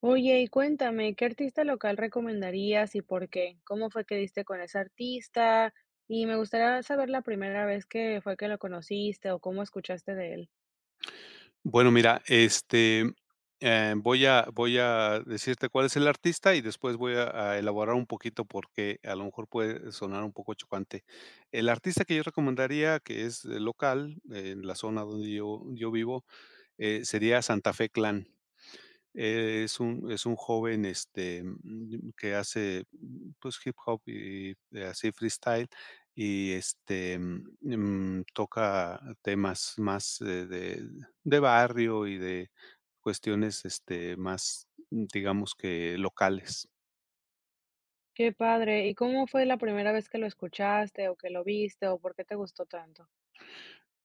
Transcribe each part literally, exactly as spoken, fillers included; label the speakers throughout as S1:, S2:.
S1: Oye, y cuéntame, ¿qué artista local recomendarías y por qué? ¿Cómo fue que diste con ese artista? Y me gustaría saber la primera vez que fue que lo conociste o cómo escuchaste de él.
S2: Bueno, mira, este, eh, voy a voy a decirte cuál es el artista y después voy a a elaborar un poquito porque a lo mejor puede sonar un poco chocante. El artista que yo recomendaría, que es eh, local, eh, en la zona donde yo yo vivo, eh, sería Santa Fe Clan. Eh, es un es un joven, este, mm, que hace, mm, pues, hip hop y eh, así freestyle y, este, mm, mm, toca temas más de de de barrio y de cuestiones, este, más, mm, digamos que locales.
S1: Qué padre. ¿Y cómo fue la primera vez que lo escuchaste o que lo viste o por qué te gustó tanto?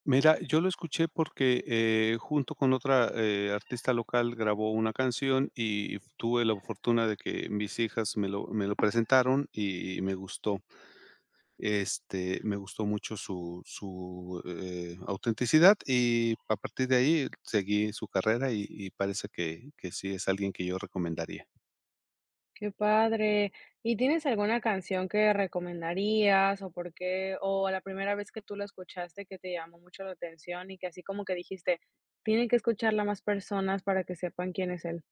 S2: Mira, yo lo escuché porque, eh, junto con otra, eh, artista local grabó una canción y tuve la fortuna de que mis hijas me lo me lo presentaron y me gustó. Este, me gustó mucho su su, eh, autenticidad y a partir de ahí seguí su carrera y y parece que que sí es alguien que yo recomendaría.
S1: Qué padre. ¿Y tienes alguna canción que recomendarías o por qué? O la primera vez que tú la escuchaste que te llamó mucho la atención y que así como que dijiste, tienen que escucharla más personas para que sepan quién es él.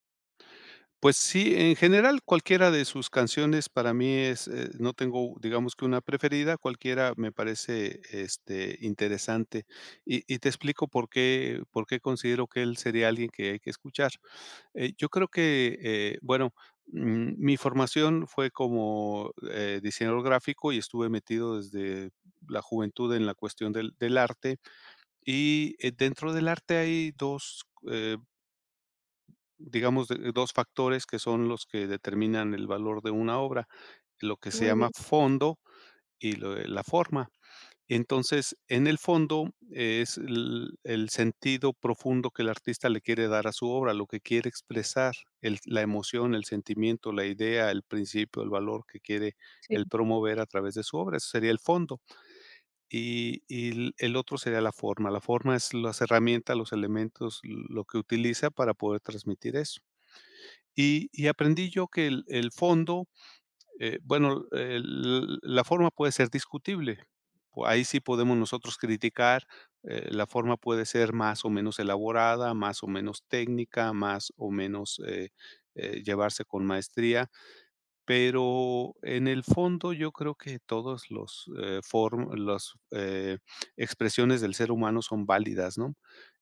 S2: Pues sí, en general, cualquiera de sus canciones para mí es, eh, no tengo, digamos que una preferida, cualquiera me parece, este, interesante. Y y te explico por qué por qué considero que él sería alguien que hay que escuchar. Eh, yo creo que, eh, bueno, mm, mi formación fue como, eh, diseñador gráfico y estuve metido desde la juventud en la cuestión del del arte. Y, eh, dentro del arte hay dos eh, Digamos, de dos factores que son los que determinan el valor de una obra, lo que se
S1: Muy
S2: llama
S1: bien.
S2: fondo y lo de la forma. Entonces, en el fondo es el el sentido profundo que el artista le quiere dar a su obra, lo que quiere expresar, el la emoción, el sentimiento, la idea, el principio, el valor que quiere
S1: Sí.
S2: el promover a través de su obra, eso sería el fondo. Y y el el otro sería la forma, la forma es las herramientas, los elementos, lo que utiliza para poder transmitir eso. Y y aprendí yo que el el fondo, eh, bueno, el la forma puede ser discutible. Po- Ahí sí podemos nosotros criticar, eh, la forma puede ser más o menos elaborada, más o menos técnica, más o menos, eh, eh, llevarse con maestría. Pero en el fondo yo creo que todas los, eh, form las, eh, expresiones del ser humano son válidas, ¿no?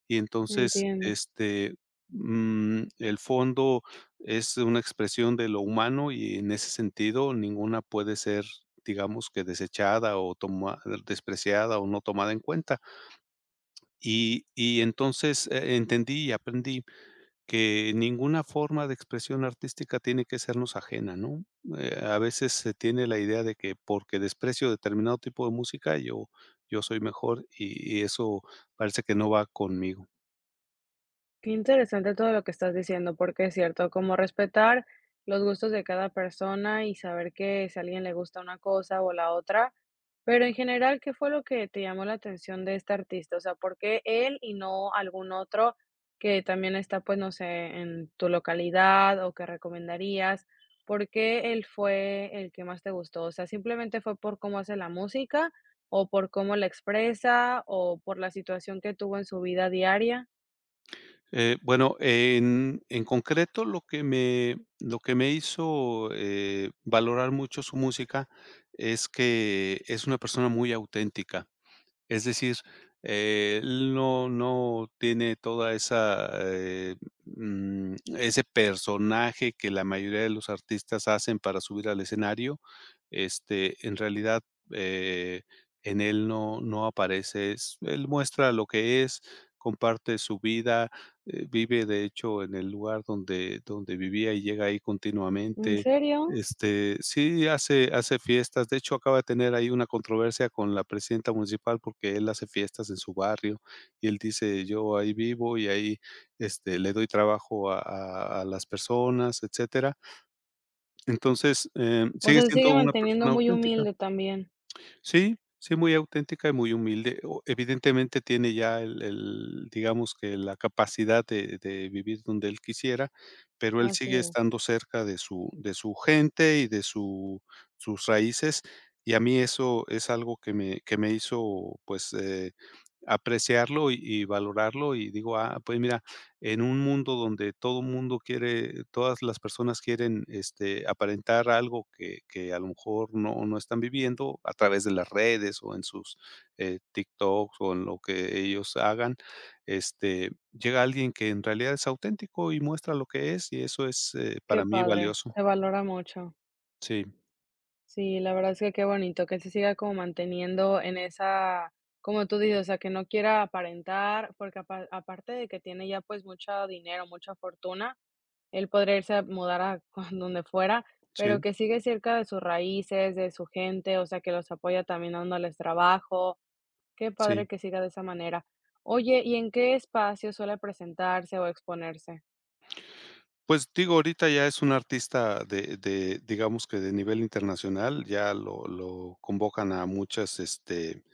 S2: Y entonces,
S1: Entiendo.
S2: este, mm, el fondo es una expresión de lo humano y en ese sentido ninguna puede ser, digamos que desechada o toma despreciada o no tomada en cuenta. Y y entonces, eh, entendí y aprendí que ninguna forma de expresión artística tiene que sernos ajena, ¿no? Eh, a veces se tiene la idea de que porque desprecio determinado tipo de música, yo yo soy mejor y y eso parece que no va conmigo.
S1: Qué interesante todo lo que estás diciendo, porque es cierto, como respetar los gustos de cada persona y saber que si a alguien le gusta una cosa o la otra, pero en general, ¿qué fue lo que te llamó la atención de este artista? O sea, ¿por qué él y no algún otro que también está, pues, no sé, en tu localidad o que recomendarías? ¿Por qué él fue el que más te gustó? O sea, ¿simplemente fue por cómo hace la música o por cómo la expresa o por la situación que tuvo en su vida diaria?
S2: Eh, bueno, en en concreto, lo que me lo que me hizo, eh, valorar mucho su música es que es una persona muy auténtica. Es decir, eh, él no no tiene toda esa, eh, mm, ese personaje que la mayoría de los artistas hacen para subir al escenario. Este, en realidad, eh, en él no no aparece. Es él muestra lo que es, comparte su vida, eh, vive, de hecho, en el lugar donde donde vivía y llega ahí
S1: ¿En
S2: continuamente.
S1: serio?
S2: Este, sí hace hace fiestas, de hecho, acaba de tener ahí una controversia con la presidenta municipal, porque él hace fiestas en su barrio, y él dice: "Yo ahí vivo y ahí, este, le doy trabajo a a a las personas", etcétera. Entonces, eh,
S1: O sea,
S2: sigue
S1: se sigue
S2: siendo una
S1: manteniendo
S2: persona
S1: muy
S2: auténtica.
S1: humilde también.
S2: Sí, sí, muy auténtica y muy humilde. O evidentemente tiene ya el el, digamos que la capacidad de de vivir donde él quisiera, pero él
S1: Así
S2: sigue
S1: es.
S2: estando cerca de su de su gente y de su sus raíces, y a mí eso es algo que me que me hizo, pues, eh, apreciarlo y y valorarlo, y digo: "Ah, pues mira, en un mundo donde todo mundo quiere, todas las personas quieren, este, aparentar algo que que a lo mejor no no están viviendo a través de las redes o en sus, eh, TikToks o en lo que ellos hagan, este, llega alguien que en realidad es auténtico y muestra lo que es, y eso es, eh,
S1: Qué
S2: para mí
S1: padre,
S2: valioso.
S1: se valora mucho.
S2: Sí,
S1: Sí, la verdad es que qué bonito que se siga como manteniendo en esa, como tú dices, o sea, que no quiera aparentar, porque apa- aparte de que tiene ya pues mucho dinero, mucha fortuna, él podría irse a mudar a con- donde fuera,
S2: sí,
S1: pero que sigue cerca de sus raíces, de su gente, o sea, que los apoya también dándoles trabajo. Qué
S2: sí.
S1: padre que siga de esa manera. Oye, ¿y en qué espacio suele presentarse o exponerse?
S2: Pues, digo, ahorita ya es un artista de de digamos que de nivel internacional, ya lo lo convocan a muchas, este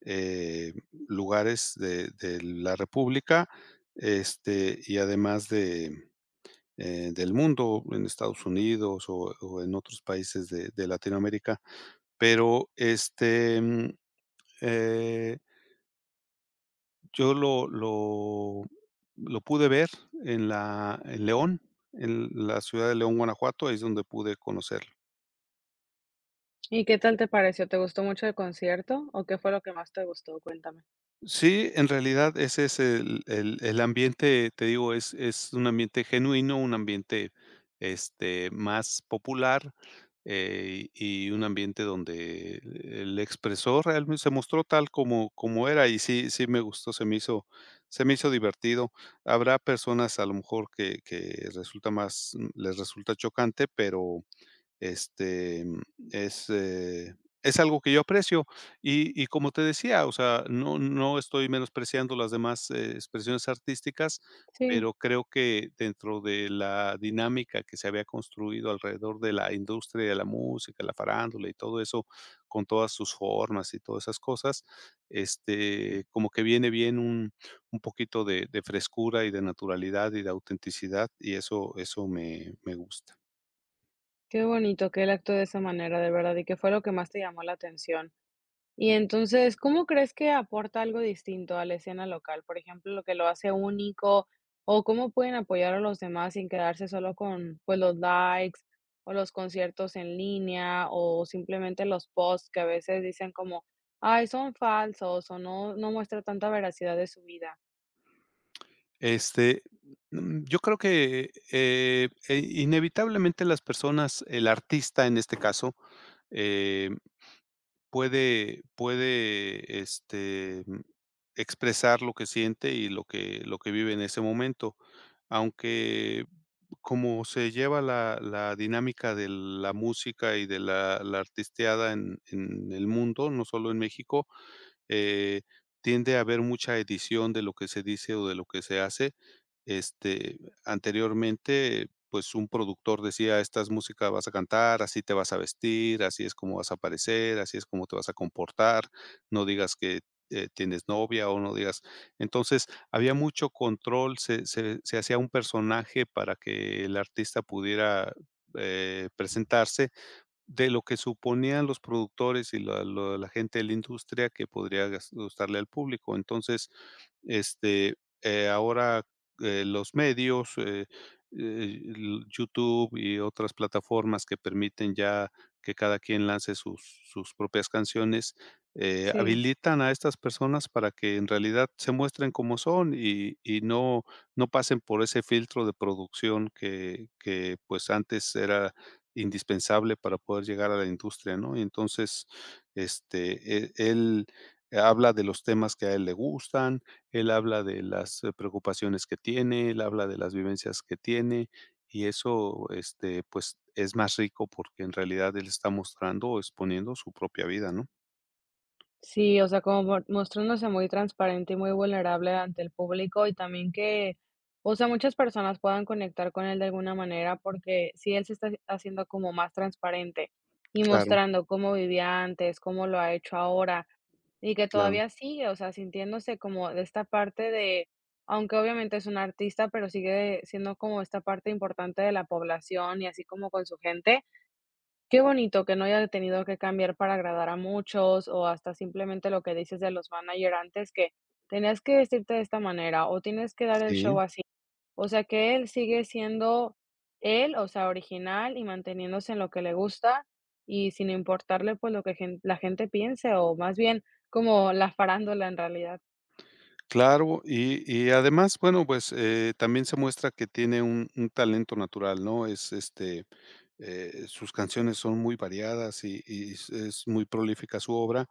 S2: eh, lugares de de la república, este, y además de, eh, del mundo, en Estados Unidos o o en otros países de de Latinoamérica. Pero, este, mm, eh, yo lo lo lo pude ver en la en León, en la ciudad de León, Guanajuato, ahí es donde pude conocerlo.
S1: ¿Y qué tal te pareció? ¿Te gustó mucho el concierto o qué fue lo que más te gustó? Cuéntame.
S2: Sí, en realidad ese es el el el ambiente, te digo, es es un ambiente genuino, un ambiente, este, más popular, eh, y un ambiente donde el expresor realmente se mostró tal como como era, y sí sí me gustó, se me hizo se me hizo divertido. Habrá personas, a lo mejor, que que resulta más les resulta chocante, pero este, es, eh, es algo que yo aprecio. Y y como te decía, o sea, no no estoy menospreciando las demás, eh, expresiones artísticas,
S1: Sí,
S2: pero creo que dentro de la dinámica que se había construido alrededor de la industria de la música, la farándula y todo eso, con todas sus formas y todas esas cosas, este, como que viene bien un un poquito de de frescura y de naturalidad y de autenticidad, y eso eso me me gusta.
S1: qué bonito que él actúe de esa manera, de verdad, y qué fue lo que más te llamó la atención. Y entonces, ¿cómo crees que aporta algo distinto a la escena local? Por ejemplo, lo que lo hace único, o cómo pueden apoyar a los demás sin quedarse solo con, pues, los likes o los conciertos en línea o simplemente los posts que a veces dicen como, ay, son falsos o no, no muestra tanta veracidad de su vida.
S2: Este, mm, yo creo que, eh, eh, inevitablemente las personas, el artista en este caso, eh, puede puede, este, mm, expresar lo que siente y lo que lo que vive en ese momento. Aunque, como se lleva la la dinámica de la música y de la la artisteada en en el mundo, no solo en México, eh, tiende a haber mucha edición de lo que se dice o de lo que se hace. Este, anteriormente, pues un productor decía, esta es música vas a cantar, así te vas a vestir, así es como vas a aparecer, así es como te vas a comportar, no digas que eh, tienes novia o no digas. Entonces, había mucho control, se, se- se hacía un personaje para que el artista pudiera eh, presentarse de lo que suponían los productores y la lo la gente de la industria que podría gas gustarle al público. Entonces, este, eh, ahora, eh, los medios, eh, eh, l YouTube y otras plataformas que permiten ya que cada quien lance sus sus propias canciones, eh,
S1: Sí.
S2: habilitan a estas personas para que en realidad se muestren como son y y no no pasen por ese filtro de producción que que, pues, antes era indispensable para poder llegar a la industria, ¿no? Y entonces, este, e él habla de los temas que a él le gustan, él habla de las, eh, preocupaciones que tiene, él habla de las vivencias que tiene, y eso, este, pues, es más rico porque en realidad él está mostrando o exponiendo su propia vida, ¿no?
S1: Sí, o sea, como mo mostrándose muy transparente y muy vulnerable ante el público, y también que, o sea, muchas personas puedan conectar con él de alguna manera, porque si él se está haciendo como más transparente y
S2: Claro,
S1: mostrando cómo vivía antes, cómo lo ha hecho ahora, y que
S2: claro.
S1: todavía sigue, o sea, sintiéndose como de esta parte de, aunque obviamente es un artista, pero sigue siendo como esta parte importante de la población y así como con su gente. Qué bonito que no haya tenido que cambiar para agradar a muchos, o hasta simplemente lo que dices de los manager antes, que tenías que vestirte de esta manera o tienes que dar el show
S2: Sí.
S1: así. O sea, que él sigue siendo él, o sea, original y manteniéndose en lo que le gusta y sin importarle, pues, lo que gen la gente piense, o más bien como la farándula en realidad.
S2: Claro, y y además, bueno, pues, eh, también se muestra que tiene un un talento natural, ¿no? Es, este, eh, sus canciones son muy variadas y y es es muy prolífica su obra,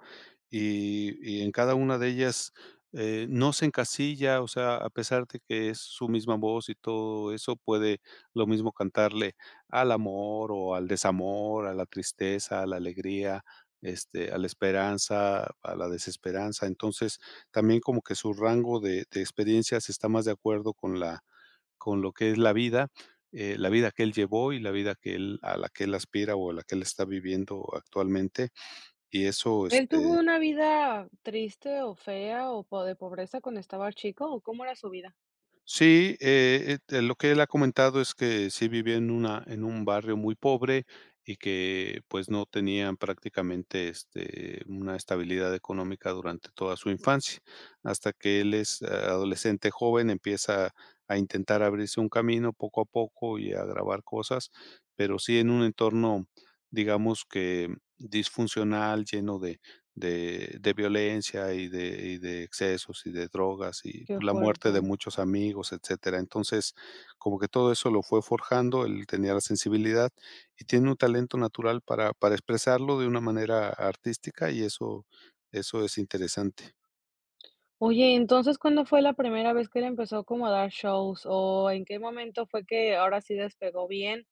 S2: y y en cada una de ellas, eh, no se encasilla, o sea, a pesar de que es su misma voz y todo eso, puede lo mismo cantarle al amor o al desamor, a la tristeza, a la alegría, este, a la esperanza, a la desesperanza. Entonces, también como que su rango de de experiencias está más de acuerdo con la con lo que es la vida, eh, la vida que él llevó y la vida que él a la que él aspira o a la que él está viviendo actualmente, y eso,
S1: ¿Él
S2: este
S1: tuvo una vida triste o fea o po de pobreza cuando estaba chico, o cómo era su vida?
S2: Sí, eh, eh, lo que él ha comentado es que sí vivía en una en un barrio muy pobre y que, pues, no tenían prácticamente, este, una estabilidad económica durante toda su infancia, hasta que él es eh, adolescente joven, empieza a intentar abrirse un camino poco a poco y a grabar cosas, pero sí en un entorno, digamos que disfuncional, lleno de de de violencia y de y de excesos y de drogas y
S1: Qué
S2: pues, la muerte de
S1: fuerte.
S2: muchos amigos, etcétera. Entonces, como que todo eso lo fue forjando, él tenía la sensibilidad y tiene un talento natural para para expresarlo de una manera artística y eso eso es interesante.
S1: Oye, entonces, ¿cuándo fue la primera vez que él empezó como a dar shows? ¿O en qué momento fue que ahora sí despegó bien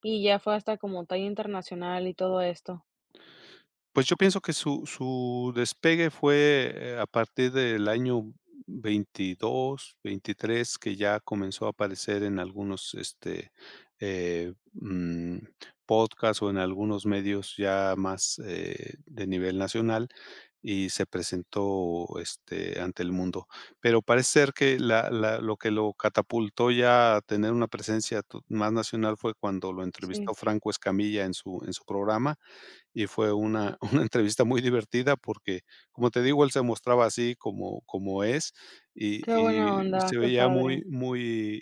S1: y ya fue hasta como talla internacional y todo esto?
S2: Pues yo pienso que su su despegue fue, eh, a partir del año veintidós veintitrés que ya comenzó a aparecer en algunos, este, eh, mm, podcast o en algunos medios ya más, eh, de nivel nacional y se presentó, este, ante el mundo. Pero parece ser que la la lo que lo catapultó ya a tener una presencia to más nacional fue cuando lo
S1: Sí,
S2: entrevistó Franco Escamilla en su en su programa y fue una una entrevista muy divertida porque, como te digo, él se mostraba así como como es, y
S1: qué buena
S2: y
S1: onda,
S2: se
S1: qué
S2: veía
S1: padre.
S2: muy muy,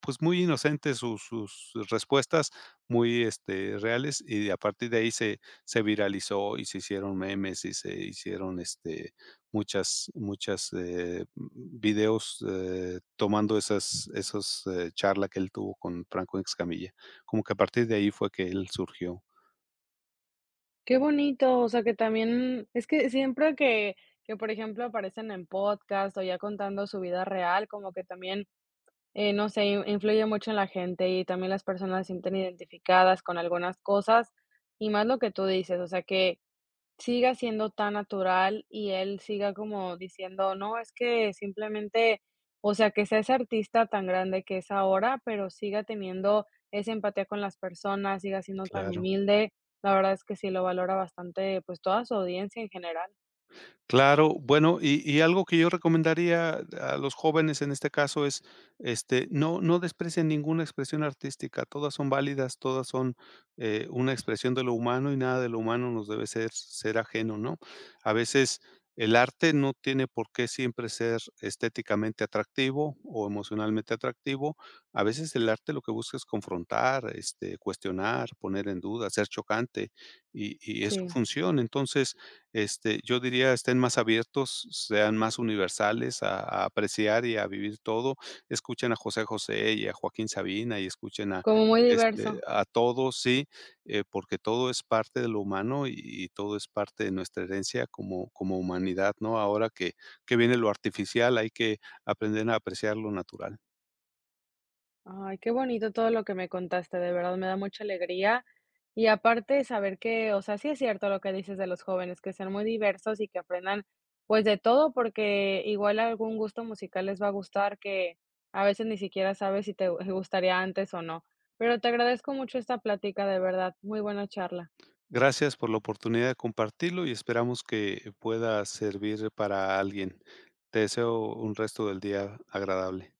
S2: pues, muy inocente sus sus respuestas, muy, este, reales, y a partir de ahí se se viralizó y se hicieron memes y se hicieron, este, muchas muchas, eh, videos, eh, tomando esas esas, eh, charla que él tuvo con Franco Escamilla. Como que a partir de ahí fue que él surgió,
S1: Qué bonito, o sea, que también es que siempre que que, por ejemplo, aparecen en podcast o ya contando su vida real, como que también, eh, no sé, in influye mucho en la gente y también las personas se sienten identificadas con algunas cosas, y más lo que tú dices, o sea, que siga siendo tan natural y él siga como diciendo: "No, es que simplemente", o sea, que sea ese artista tan grande que es ahora, pero siga teniendo esa empatía con las personas, siga siendo tan
S2: claro.
S1: humilde. La verdad es que sí lo valora bastante, pues, toda su audiencia en general.
S2: Claro, bueno, y y algo que yo recomendaría a los jóvenes en este caso es, este, no no desprecien ninguna expresión artística, todas son válidas, todas son, eh, una expresión de lo humano y nada de lo humano nos debe ser ser ajeno, ¿no? A veces el arte no tiene por qué siempre ser estéticamente atractivo o emocionalmente atractivo. A veces el arte lo que busca es confrontar, este, cuestionar, poner en duda, ser chocante, y y es su
S1: Sí,
S2: función. Entonces, este, yo diría estén más abiertos, sean más universales a a apreciar y a vivir todo. Escuchen a José José y a Joaquín Sabina y escuchen a,
S1: como muy
S2: este,
S1: diverso.
S2: a todos, sí, eh, porque todo es parte de lo humano y y todo es parte de nuestra herencia como como humanidad, ¿no? Ahora que que viene lo artificial, hay que aprender a apreciar lo natural.
S1: Ay, qué bonito todo lo que me contaste, de verdad me da mucha alegría. Y aparte saber que, o sea, sí es cierto lo que dices de los jóvenes, que sean muy diversos y que aprendan pues de todo, porque igual algún gusto musical les va a gustar que a veces ni siquiera sabes si te gustaría antes o no. Pero te agradezco mucho esta plática, de verdad, muy buena charla.
S2: Gracias por la oportunidad de compartirlo y esperamos que pueda servir para alguien. Te deseo un resto del día agradable.